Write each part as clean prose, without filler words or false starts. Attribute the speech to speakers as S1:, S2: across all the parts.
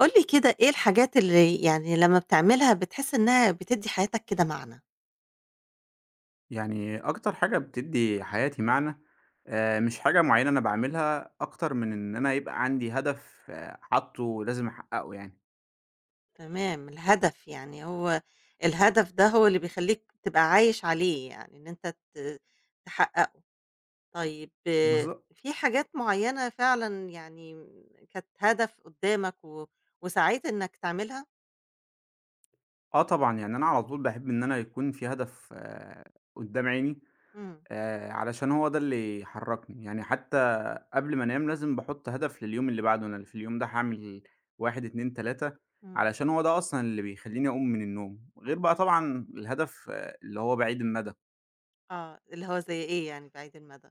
S1: قُل لي كده إيه الحاجات اللي يعني لمّا بتعملها بتحس إنها بتدّي حياتك كده معنى؟
S2: يعني أكتر حاجة بتدّي حياتي معنى، مش حاجة معيّنة أنا باعملها، أكتر من إن أنا يبقى عندي هدف حاطّه لازم أحققه يعني.
S1: تمام، الهدف يعني هو الهدف ده هو اللي بيخلّيك تبقى عايش عليه يعني إن أنت ت تحققه. طيب آه،
S2: بالضبط.
S1: في حاجات معيّنة فعلًا يعني كانت هدف قدّامك وسعيت إنك تعملها؟
S2: آه طبعًا، يعني أنا على طول باحب إن أنا يكون في هدف قدّام عيني،
S1: إمم.
S2: علشان هو ده اللي يحرّكني، يعني حتّى قبل ما أنام لازم باحُط هدف لليوم اللي بعده، أنا في اليوم ده هاعمل 1، 2، 3
S1: إمم.
S2: علشان هو ده أصلًا اللي بيخلّيني أقوم من النوم، غير بقى طبعًا الهدف اللي هو بعيد المدى.
S1: آه، اللي هو زي إيه يعني بعيد المدى؟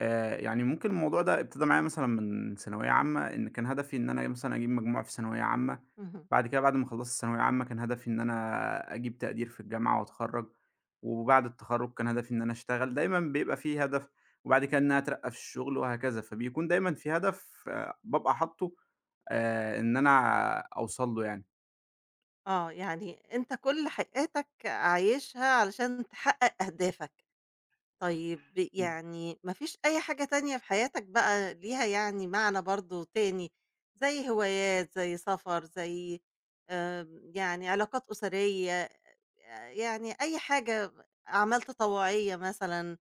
S2: يعني ممكن الموضوع ده ابتدى معايا مثلًا من ثانوية عامة، إن كان هدفي إن أنا مثلًا أجيب مجموع في ثانوية عامة،
S1: اهم.
S2: بعد كده بعد ما خلّصت ثانوية عامة كان هدفي إن أنا أجيب تقدير في الجامعة وأتخرّج، وبعد التخرّج كان هدفي إن أنا أشتغل، دايمًا بيبقى في هدف، وبعد كده إن أنا أترقّى في الشغل وهكذا، فبيكون دايمًا في هدف بابقى حاطّه إن أنا أوصل له يعني.
S1: آه، يعني أنت كل حياتك عايشها علشان تحقق أهدافك. طيب يعني ما فيش أي حاجة تانية في حياتك بقى ليها يعني معنى برضه تاني، زي هوايات، زي سفر، زي يعني علاقات أسرية، يعني أي حاجة أعمال تطوعية مثلًا،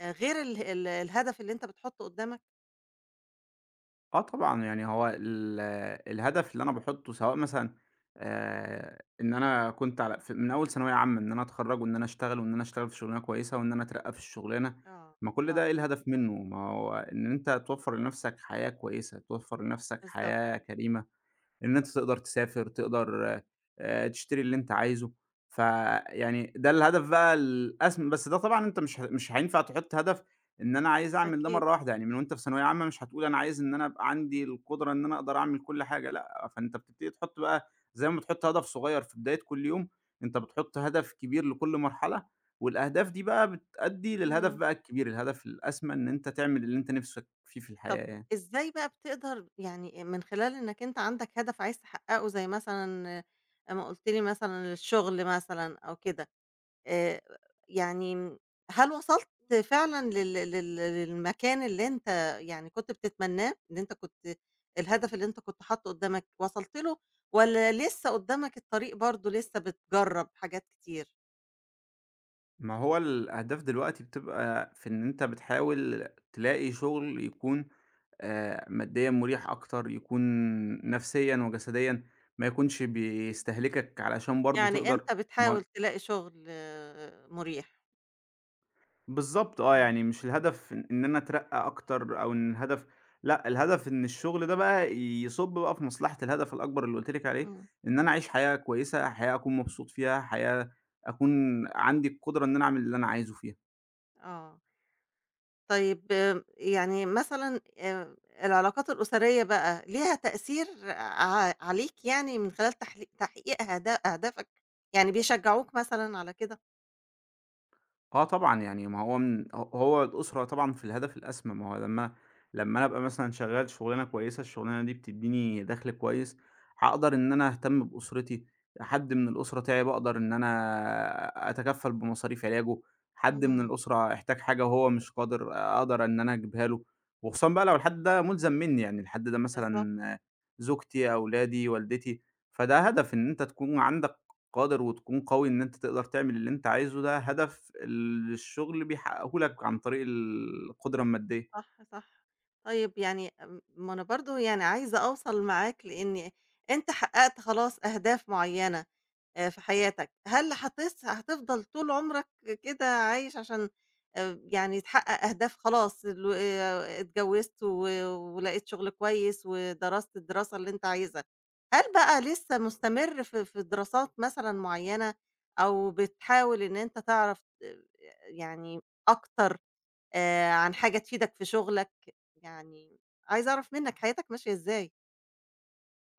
S1: غير ال ال الهدف اللي أنت بتحطه قدامك؟
S2: آه طبعًا، يعني هو الهدف اللي أنا باحطّه سواء مثلًا إن أنا كنت على من أول ثانوية عامة إن أنا أتخرّج وإن أنا أشتغل وإن أنا أشتغل في شُغلانة كويسة وإن أنا أترقّى في الشُغلانة،
S1: آه.
S2: ما كل ده
S1: آه.
S2: إيه الهدف منّه؟ ما هو إن أنت توفّر لنَفْسك حياة كويسة، توفّر لنَفْسك
S1: بالضبط.
S2: حياة كريمة. إن أنت تقدر تسافر، تقدر تشتري اللي أنت عايزه، فيعني ده الهدف بقى الأسم بس ده طبعًا أنت مش هينفع تحُط هدف إن أنا عايز أعمل ده
S1: أكيد.
S2: مرّة واحدة، يعني من وأنت في ثانوية عامة مش هتقول أنا عايز إن أنا أبقى عندي القدرة إن أنا أقدر أعمل كل حاجة، لأ، فأنت بتبتدي تحُط بقى زي ما بتحُط هدف صغير في بداية كل يوم، أنت بتحُط هدف كبير لكل مرحلة، والأهداف دي بقى بتأدّي للهدف
S1: إمم.
S2: بقى الكبير، الهدف الأسمى إن أنت تعمل اللي أنت نِفْسك فيه في
S1: طب
S2: الحياة يعني.
S1: إزاي بقى بتقدر يعني من خلال إنك أنت عندك هدف عايز تحققه زي مثلًا، ما قُلت لي مثلًا الشغل مثلًا أو كده، آآ، يعني هل وصلت فعلًا لل لل للمكان اللي أنت يعني كنت بتتمناه؟ اللي أنت كنت الهدف اللي أنت كنت حاطه قدّامك وصلت له، والّا لسه قدّامك الطريق برضه لسه بتجرّب حاجات كتير؟
S2: ما هو الأهداف دلوقتي بتبقى في إن أنت بتحاول تلاقي شغل يكون ماديًا مُريح أكتر، يكون نفسيًا وجسديًا ما يكونش بيستهلكك علشان برضه
S1: يعني أنت
S2: تقدر ما هو
S1: بتحاول تلاقي شغل مريح.
S2: بالضبط
S1: إمم.
S2: يعني مش الهدف إن أنا أترقّى أكتر أو إن الهدف لأ، الهدف إن الشغل ده بقى يصُب بقى في مصلحة الهدف الأكبر اللي قُلت لِك عليه،
S1: إمم.
S2: إن أنا أعيش حياة كويسة، حياة أكون مبسوط فيها، حياة أكون عندي القدرة إن أنا أعمل اللي أنا عايزه فيها.
S1: آه. طيب يعني مثلًا، العلاقات الأسرية بقى ليها تأثير عليك يعني من خلال تحقيق أهدافك، يعني بيشجعوك مثلًا على كده؟
S2: آه طبعًا، يعني ما هو من ه هو الأسرة طبعًا في الهدف الأسمى، ما هو لمّا أنا أبقى مثلًا شغّال شُغلانة كويسة، الشُغلانة دي بتدّيني دَخْل كويس، هاقدر إن أنا أهتم بأسرتي، حد من الأسرة تِعِب أقدر إن أنا أتكفّل بمصاريف علاجه، حد من
S1: إمم.
S2: الأسرة احتاج حاجة وهو مش قادر أقدر إن أنا أجيبها له، وخصوصًا بقى لو الحد ده مُلزَم منّي، يعني الحد ده
S1: بالضبط.
S2: مثلًا زوجتي، أولادي، والدتي، فده هدف إن أنت تكون عندك قادر وتكون قوي إن أنت تقدر تعمل اللي أنت عايزه، ده هدف الشغل بيحققه لك عن طريق القدرة المادية.
S1: صح، صح. طيب يعني ما أنا برضه يعني عايزة أوصل معاك لإن أنت حققت خلاص أهداف معيّنة. في حياتك، هل هتفضل طول عمرك كده عايش عشان يعني تحقق أهداف، خلاص ال اتجوزت ولقيت شغل كويس ودرست الدراسة اللي أنت عايزها، هل بقى لسه مستمر في دراسات مثلًا معيّنة أو بتحاول إن أنت تعرف، يعني أكتر عن حاجة تفيدك في شغلك؟ يعني عايزة أعرف منّك حياتك ماشية إزاي؟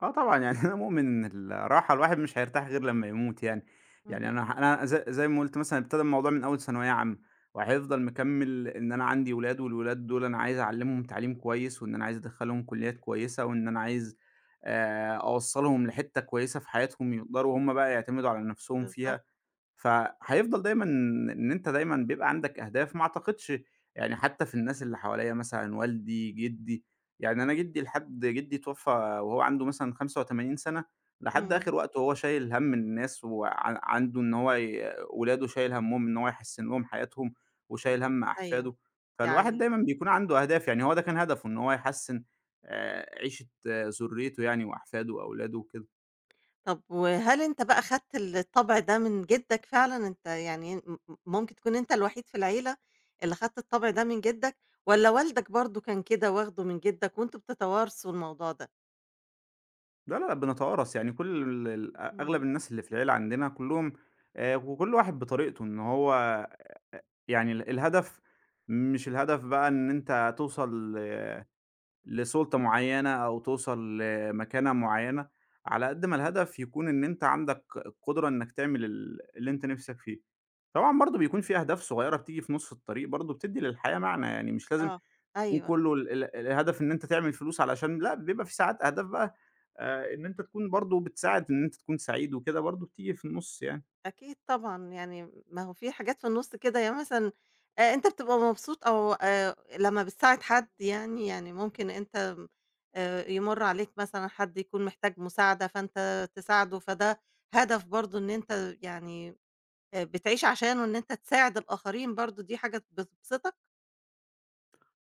S2: آه طبعًا، يعني أنا مؤمن إن الراحة الواحد مش هيرتاح غير لمّا يموت يعني. يعني
S1: اهم.
S2: أنا ح أنا ز زي ما قُلت مثلًا ابتدى الموضوع من أول ثانوية عامة، وهيفضل مكمّل إن أنا عندي ولاد، والولاد دول أنا عايز أعلّمهم تعليم كويس، وإن أنا عايز أدخّلهم كليات كويسة، وإن أنا عايز أوصّلهم لحتّة كويسة في حياتهم يقدروا هم بقى يعتمدوا على نَفْسهم
S1: بالضبط.
S2: فيها. فهيفضل دايمًا إن أنت دايمًا بيبقى عندك أهداف، ما أعتقدش يعني حتى في الناس اللي حواليّا مثلًا والدي، جدي، يعني أنا جدي لحد جدي اتوفى وهو عنده مثلًا 85 سَنة، لحد
S1: إمم.
S2: آخر وقته وهو شايل هَم الناس عنده إن هو ولاده شايل هَمّهم إن هو يحسّن لهم حياتهم، وشايل هَم
S1: أيوه،
S2: أحفاده، فالواحد
S1: يعني.
S2: دايمًا بيكون عنده أهداف، يعني هو ده كان هدفه إن هو يحسّن عيشة ذريته يعني وأحفاده وأولاده وكده.
S1: طب وهل أنت بقى خدت الطبع ده من جدّك فعلًا؟ أنت يعني م م ممكن تكون أنت الوحيد في العيلة اللي خدت الطبع ده من جدّك، والّا والدك برضه كان كده واخده من جدّك وأنتم بتتوارثوا الموضوع ده؟
S2: لا، لا، لا، بنتوارث، يعني كل ال ال أغلب
S1: امم.
S2: الناس اللي في العيلة عندنا كلّهم وكل واحد بطريقته، إن هو يعني الهدف مش الهدف بقى إن أنت توصل لسُلطة معيّنة أو توصل لمكانة معيّنة، على قد ما الهدف يكون إن أنت عندك القدرة إنّك تعمل اللي أنت نِفْسك فيه. طبعًا برضه بيكون في أهداف صغيّرة بتيجي في نُص الطريق برضه بتدّي للحياة معنى، يعني مش لازم
S1: آه.
S2: تكون
S1: أيوه.
S2: كله ال ال الهدف إن أنت تعمل فلوس علشان لأ، بيبقى في ساعات أهداف بقى إن أنت تكون برضه بتساعد إن أنت تكون سعيد وكده برضه بتيجي في النُص يعني.
S1: أكيد طبعًا، يعني ما هو في حاجات في النُص كده، يعني مثلًا، أنت بتبقى مبسوط، أو لمّا بتساعد حد يعني، يعني ممكن أنت يمُر عليك مثلًا حد يكون محتاج مساعدة، فأنت تساعده، فده هدف برضه إن أنت يعني بتعيش عشانه إن أنت تساعد الآخرين برضه، دي حاجة بتبسطك؟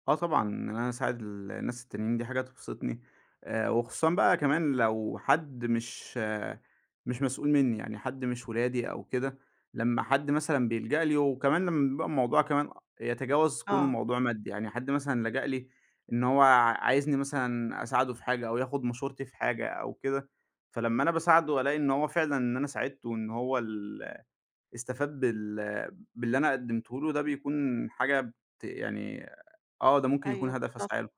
S2: آه طبعًا، إن أنا أساعد الناس التانيين دي حاجة تبسطني، وخصوصًا بقى كمان لو حد مش مسؤول منّي، يعني حد مش ولادي أو كده، لمّا حد مثلًا بيلجأ لي وكمان لمّا بيبقى الموضوع كمان يتجاوز كونه
S1: آه.
S2: موضوع مادي، يعني حد مثلًا لجأ لي إن هو عايزني مثلًا أساعده في حاجة أو ياخد مشورتي في حاجة أو كده، فلمّا أنا باساعده ألاقي إن هو فعلًا إن أنا ساعدته وإن هو استفاد باللي أنا قدّمته له ده بيكون حاجة يعني ده ممكن يكون
S1: أيوه،
S2: هدف
S1: بالضبط.
S2: أسعى له،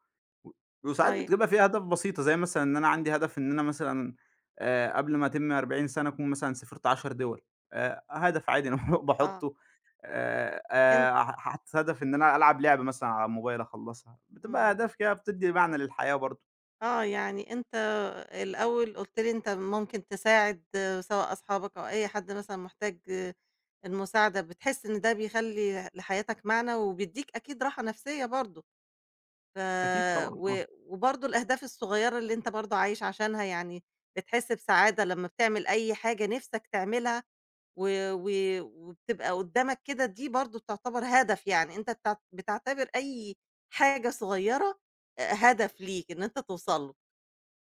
S2: و وساعات
S1: آه.
S2: بتبقى فيها أهداف بسيطة، زي مثلًا إن أنا عندي هدف إن أنا مثلًا قبل ما أتم 40 سنة أكون مثلًا سافرت 10 دول، هدف عادي أنا
S1: آه.
S2: باحطه
S1: أنت.
S2: ح حاطط هدف إن أنا ألعب لعبة مثلًا على الموبايل أخلّصها، بتبقى
S1: إمم،
S2: أهداف كده بتدّي معنى للحياة برضه،
S1: آه، يعني أنت الأول قُلت لي أنت ممكن تساعد، سواء أصحابك أو أي حد مثلًا محتاج المساعدة، بتحس إن ده بيخلّي لحياتك معنى وبيدّيك أكيد راحة نفسية برضه، ف
S2: أكيد طبعًا،
S1: و
S2: آه،
S1: وبرضه الأهداف الصغيّرة اللي أنت برضه عايش عشانها، يعني بتحس بسعادة لمّا بتعمل أي حاجة نِفْسك تعملها و و وبتبقى قدّامك كده، دي برضه تعتبر هدف، يعني أنت بتعتبر أي حاجة صغيّرة هدف ليك إن أنت توصل له،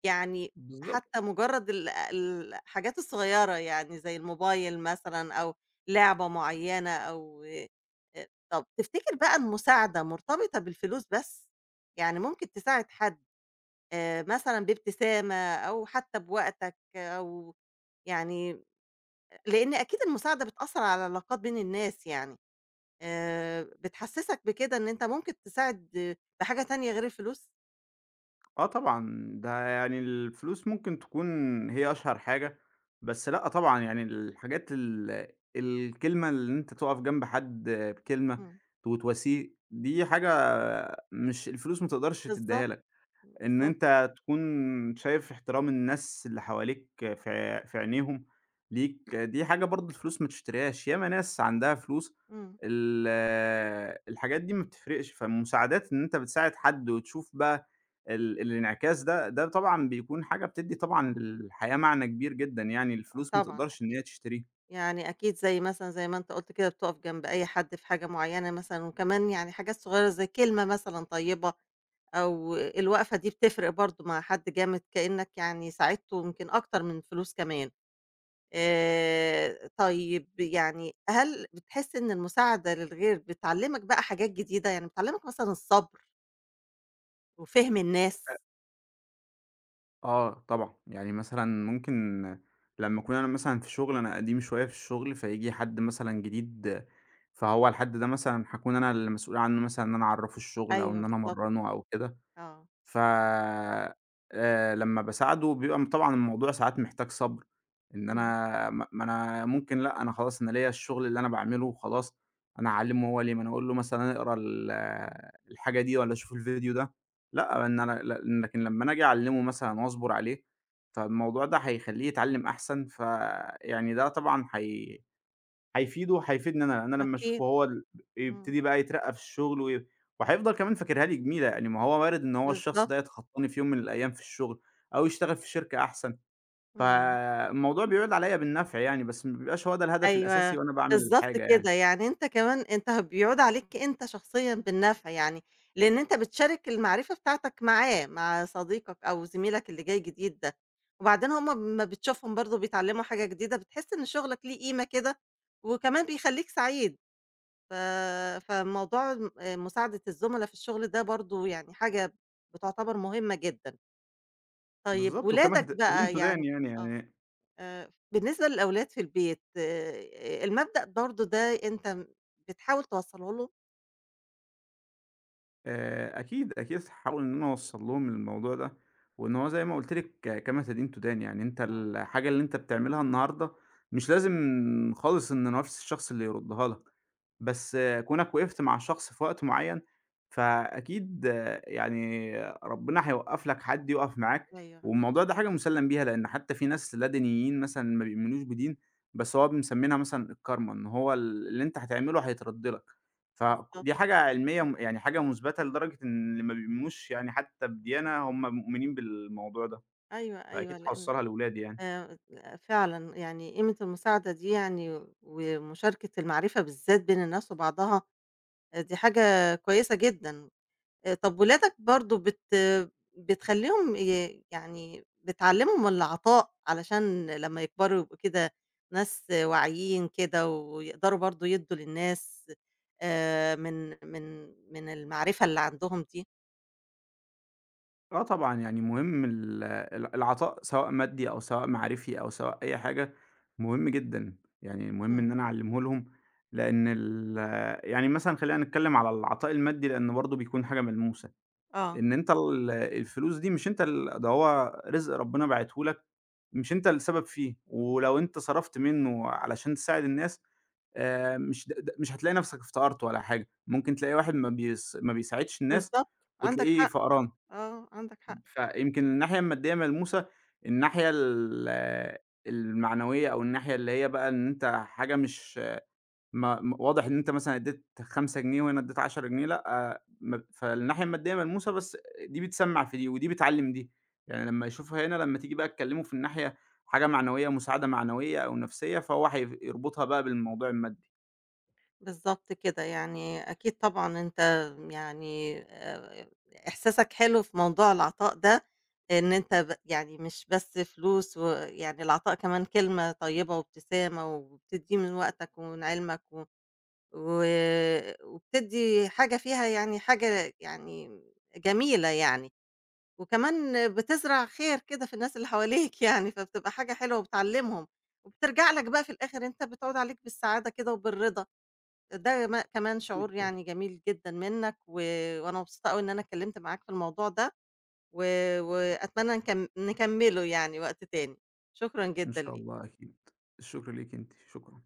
S1: يعني حتى
S2: بالضبط.
S1: مجرّد الحاجات الصغيّرة يعني زي الموبايل مثلًا، أو لعبة معيّنة. أو أ طَب تفتكر بقى المساعدة مرتبطة بالفلوس بس؟ يعني ممكن تساعد حد مثلًا بابتسامة أو حتى بوقتك أو يعني، لإن أكيد المساعدة بتأثّر على العلاقات بين الناس يعني، بتحسّسك بكده إن أنت ممكن تساعد بحاجة تانية غير الفلوس؟
S2: آه طبعًا، ده يعني الفلوس ممكن تكون هي أشهر حاجة، بس لأ طبعًا يعني الحاجات ال الكلمة اللي أنت تُقف جنب حد بكلمة
S1: إمم.
S2: وتواسيه، دي حاجة مش الفلوس ما تقدرش
S1: بالضبط.
S2: تدّيها لك. إن
S1: بالضبط.
S2: أنت تكون شايف احترام الناس اللي حواليك في عينيهم ليك، دي حاجة برضه الفلوس ما تشتريهاش، ياما ناس عندها فلوس
S1: إمم.
S2: ال الحاجات دي ما بتفرقش، فالمساعدات إن أنت بتساعد حد وتشوف بقى الانعكاس ده، ده طبعًا بيكون حاجة بتدّي طبعًا للحياة معنى كبير جدًا يعني،
S1: آه
S2: الفلوس ما
S1: طبعًا
S2: تقدرش إن
S1: أكيد،
S2: هي تشتريه.
S1: يعني أكيد زي مثلًا، زي ما أنت قُلت كده بتُقف جنب أي حد في حاجة معيّنة مثلًا، وكمان يعني حاجات صغيّرة زي كلمة مثلًا طيبة، أو الوقفة دي بتفرق برضه مع حد جامد كإنّك يعني ساعدته يمكن أكتر من الفلوس كمان. طيب يعني هل بتحس إن المساعدة للغير بتعلّمك بقى حاجات جديدة؟ يعني بتعلّمك مثلًا الصبر وفهم الناس؟
S2: آه طبعًا، يعني مثلًا ممكن لمّا أكون أنا مثلًا في شغل أنا قديم شوية في الشغل، فييجي حد مثلًا جديد، فهو الحد ده مثلًا هاكون أنا المسؤول عنه مثلًا إن أنا أعرّفه الشغل أو
S1: أيوه
S2: إن أنا
S1: بالضبط.
S2: أمرّنه أو كده.
S1: آه.
S2: ف لمّا باساعده بيبقى طبعًا الموضوع ساعات محتاج صبر، إن
S1: إمم.
S2: أنا ما أنا ممكن لأ، أنا خلاص أنا ليّا الشغل اللي أنا باعمله وخلاص، أنا هاعلّمه هو ليه؟ ما أنا أقول له مثلًا اقرا الحاجة دي والّا شوف الفيديو ده، لأ، إن أنا لكن لمّا أنا آجي أعلّمه مثلًا وأصبر عليه، فالموضوع ده هيخلّيه يتعلّم أحسن، فيعني ده طبعًا هيفيده، هيفيدني أنا، لان أنا لمّا أشوفه
S1: أكيد.
S2: هو
S1: إمم.
S2: يبتدي بقى يترقّى في الشغل وهيفضل كمان فاكرها لي جميلة، يعني ما هو وارد إن هو الشخص
S1: بالضبط.
S2: ده يتخطّاني في يوم من الأيام في الشغل أو يشتغل في شركة أحسن،
S1: إمم.
S2: فالموضوع بيعود عليّا بالنفع يعني، بس ما بيبقاش هو ده الهدف الأساسي
S1: أيوه،
S2: وأنا باعمل
S1: بالضبط
S2: الحاجة يعني.
S1: كده، يعني أنت كمان أنت بيعود عليك أنت شخصيًا بالنفع يعني، لإن أنت بتشارك المعرفة بتاعتك معاه، مع صديقك أو زميلك اللي جاي جديد ده، وبعدين هُم أمّا بتشوفهم برضه بيتعلموا حاجة جديدة، بتحس إن شغلك ليه قيمة كده، وكمان بيخلّيك سعيد، ف فموضوع م مساعدة الزملا في الشغل ده برضه يعني حاجة بتعتبر مهمة جدًا. طيب
S2: بالضبط، وكمان
S1: ولادك
S2: تدين
S1: بقى يعني.
S2: تدان يعني،
S1: آه.
S2: يعني
S1: بالنسبة للأولاد في البيت، المبدأ برضه ده أنت بتحاول توصّله لهم؟
S2: أكيد، أكيد هاحاول إن أنا أوصّل لهم الموضوع ده، وإن هو زي ما قُلت لِك كما تدين تدان، يعني أنت
S1: آه.
S2: الحاجة اللي أنت بتعملها النهارده مش لازم خالص إن نفس الشخص اللي يردّها لك. بس كونك وقفت مع شخص في وقت معين، فأكيد يعني ربنا هيوقّف لك حد يقف معاك،
S1: أيوه،
S2: والموضوع ده حاجة مُسلّم بيها، لإن حتى في ناس لا دينيين مثلًا ما بيؤمنوش بدين، بس هو مسمينها مثلًا الكارما، إن هو اللي أنت هتعمله هيترد لك،
S1: بالضبط.
S2: فدي حاجة علمية يعني حاجة مُثبتة لدرجة إن اللي ما بيؤمنوش يعني حتى بديانة هم مؤمنين بالموضوع ده،
S1: أيوه.
S2: فأكيد
S1: أيوه، لإن،
S2: هاوصّلها لولادي يعني.
S1: آآ، فعلًا يعني قيمة المساعدة دي يعني، ومشاركة المعرفة بالذات بين الناس وبعضها، آه، دي حاجة كويسة جدًا. طب ولادك برضه بتخلّيهم يعني بتعلّمهم العطاء علشان لمّا يكبروا يبقوا كده ناس واعيين كده، ويقدروا برضه يدّوا للناس آآ من من من المعرفة اللي عندهم دي؟
S2: آه طبعًا، يعني مهم ال ال العطاء سواء مادي أو سواء معرفي أو سواء أي حاجة، مهم جدًا، يعني مهم
S1: إمم.
S2: إن أنا أعلّمه لهم، لإن يعني مثلًا خلّينا نتكلّم على العطاء المادي لإن برضه بيكون حاجة ملموسة،
S1: آه.
S2: إن أنت الفلوس دي مش أنت ده هو رزق ربنا باعته لك، مش أنت السبب فيه، ولو أنت صرفت منّه علشان تساعد الناس مش د د مش هتلاقي نَفْسك افتقرت ولا حاجة، ممكن تلاقي واحد ما بيساعدش الناس
S1: بالضبط. عندك
S2: وتلاقيه
S1: حق.
S2: فقران.
S1: آه، عندك حق.
S2: فيمكن الناحية المادية ملموسة، الناحية المعنوية أو الناحية اللي هي بقى إن أنت حاجة مش ما م واضح إن أنت مثلًا ادّيت 5 جنيه وهنا ادّيت 10 جنيه لأ، فالناحية المادية ملموسة بس دي بتسمّع في دي، ودي بتعلّم دي، يعني لمّا يشوفها هنا لمّا تيجي بقى تكلّمه في الناحية حاجة معنوية، مساعدة معنوية أو نفسية، فهو يربطها بقى بالموضوع المادي.
S1: بالضبط كده، يعني أكيد طبعًا أنت يعني، إحساسك حلو في موضوع العطاء ده، إن أنت يعني مش بس فلوس، ويعني العطاء كمان كلمة طيبة وابتسامة، وبتدّيه من وقتك ومن علمك، و و وبتدّي حاجة فيها يعني حاجة يعني جميلة يعني، وكمان بتزرع خير كده في الناس اللي حواليك يعني، فبتبقى حاجة حلوة وبتعلّمهم، وبترجع لك بقى في الآخر أنت بتعود عليك بالسعادة كده وبالرضا. ده ما كمان
S2: أكيد
S1: شعور
S2: طبعًا.
S1: يعني جميل جدًا منّك، وأنا مبسوطة أوي إن أنا اتكلّمت معاك في الموضوع ده، و وأتمنى نكمّله يعني وقت تاني، شكرًا
S2: إن
S1: جدًا
S2: شاء
S1: ليك.
S2: الله أكيد، الشكر ليكِ أنتِ، شكرًا.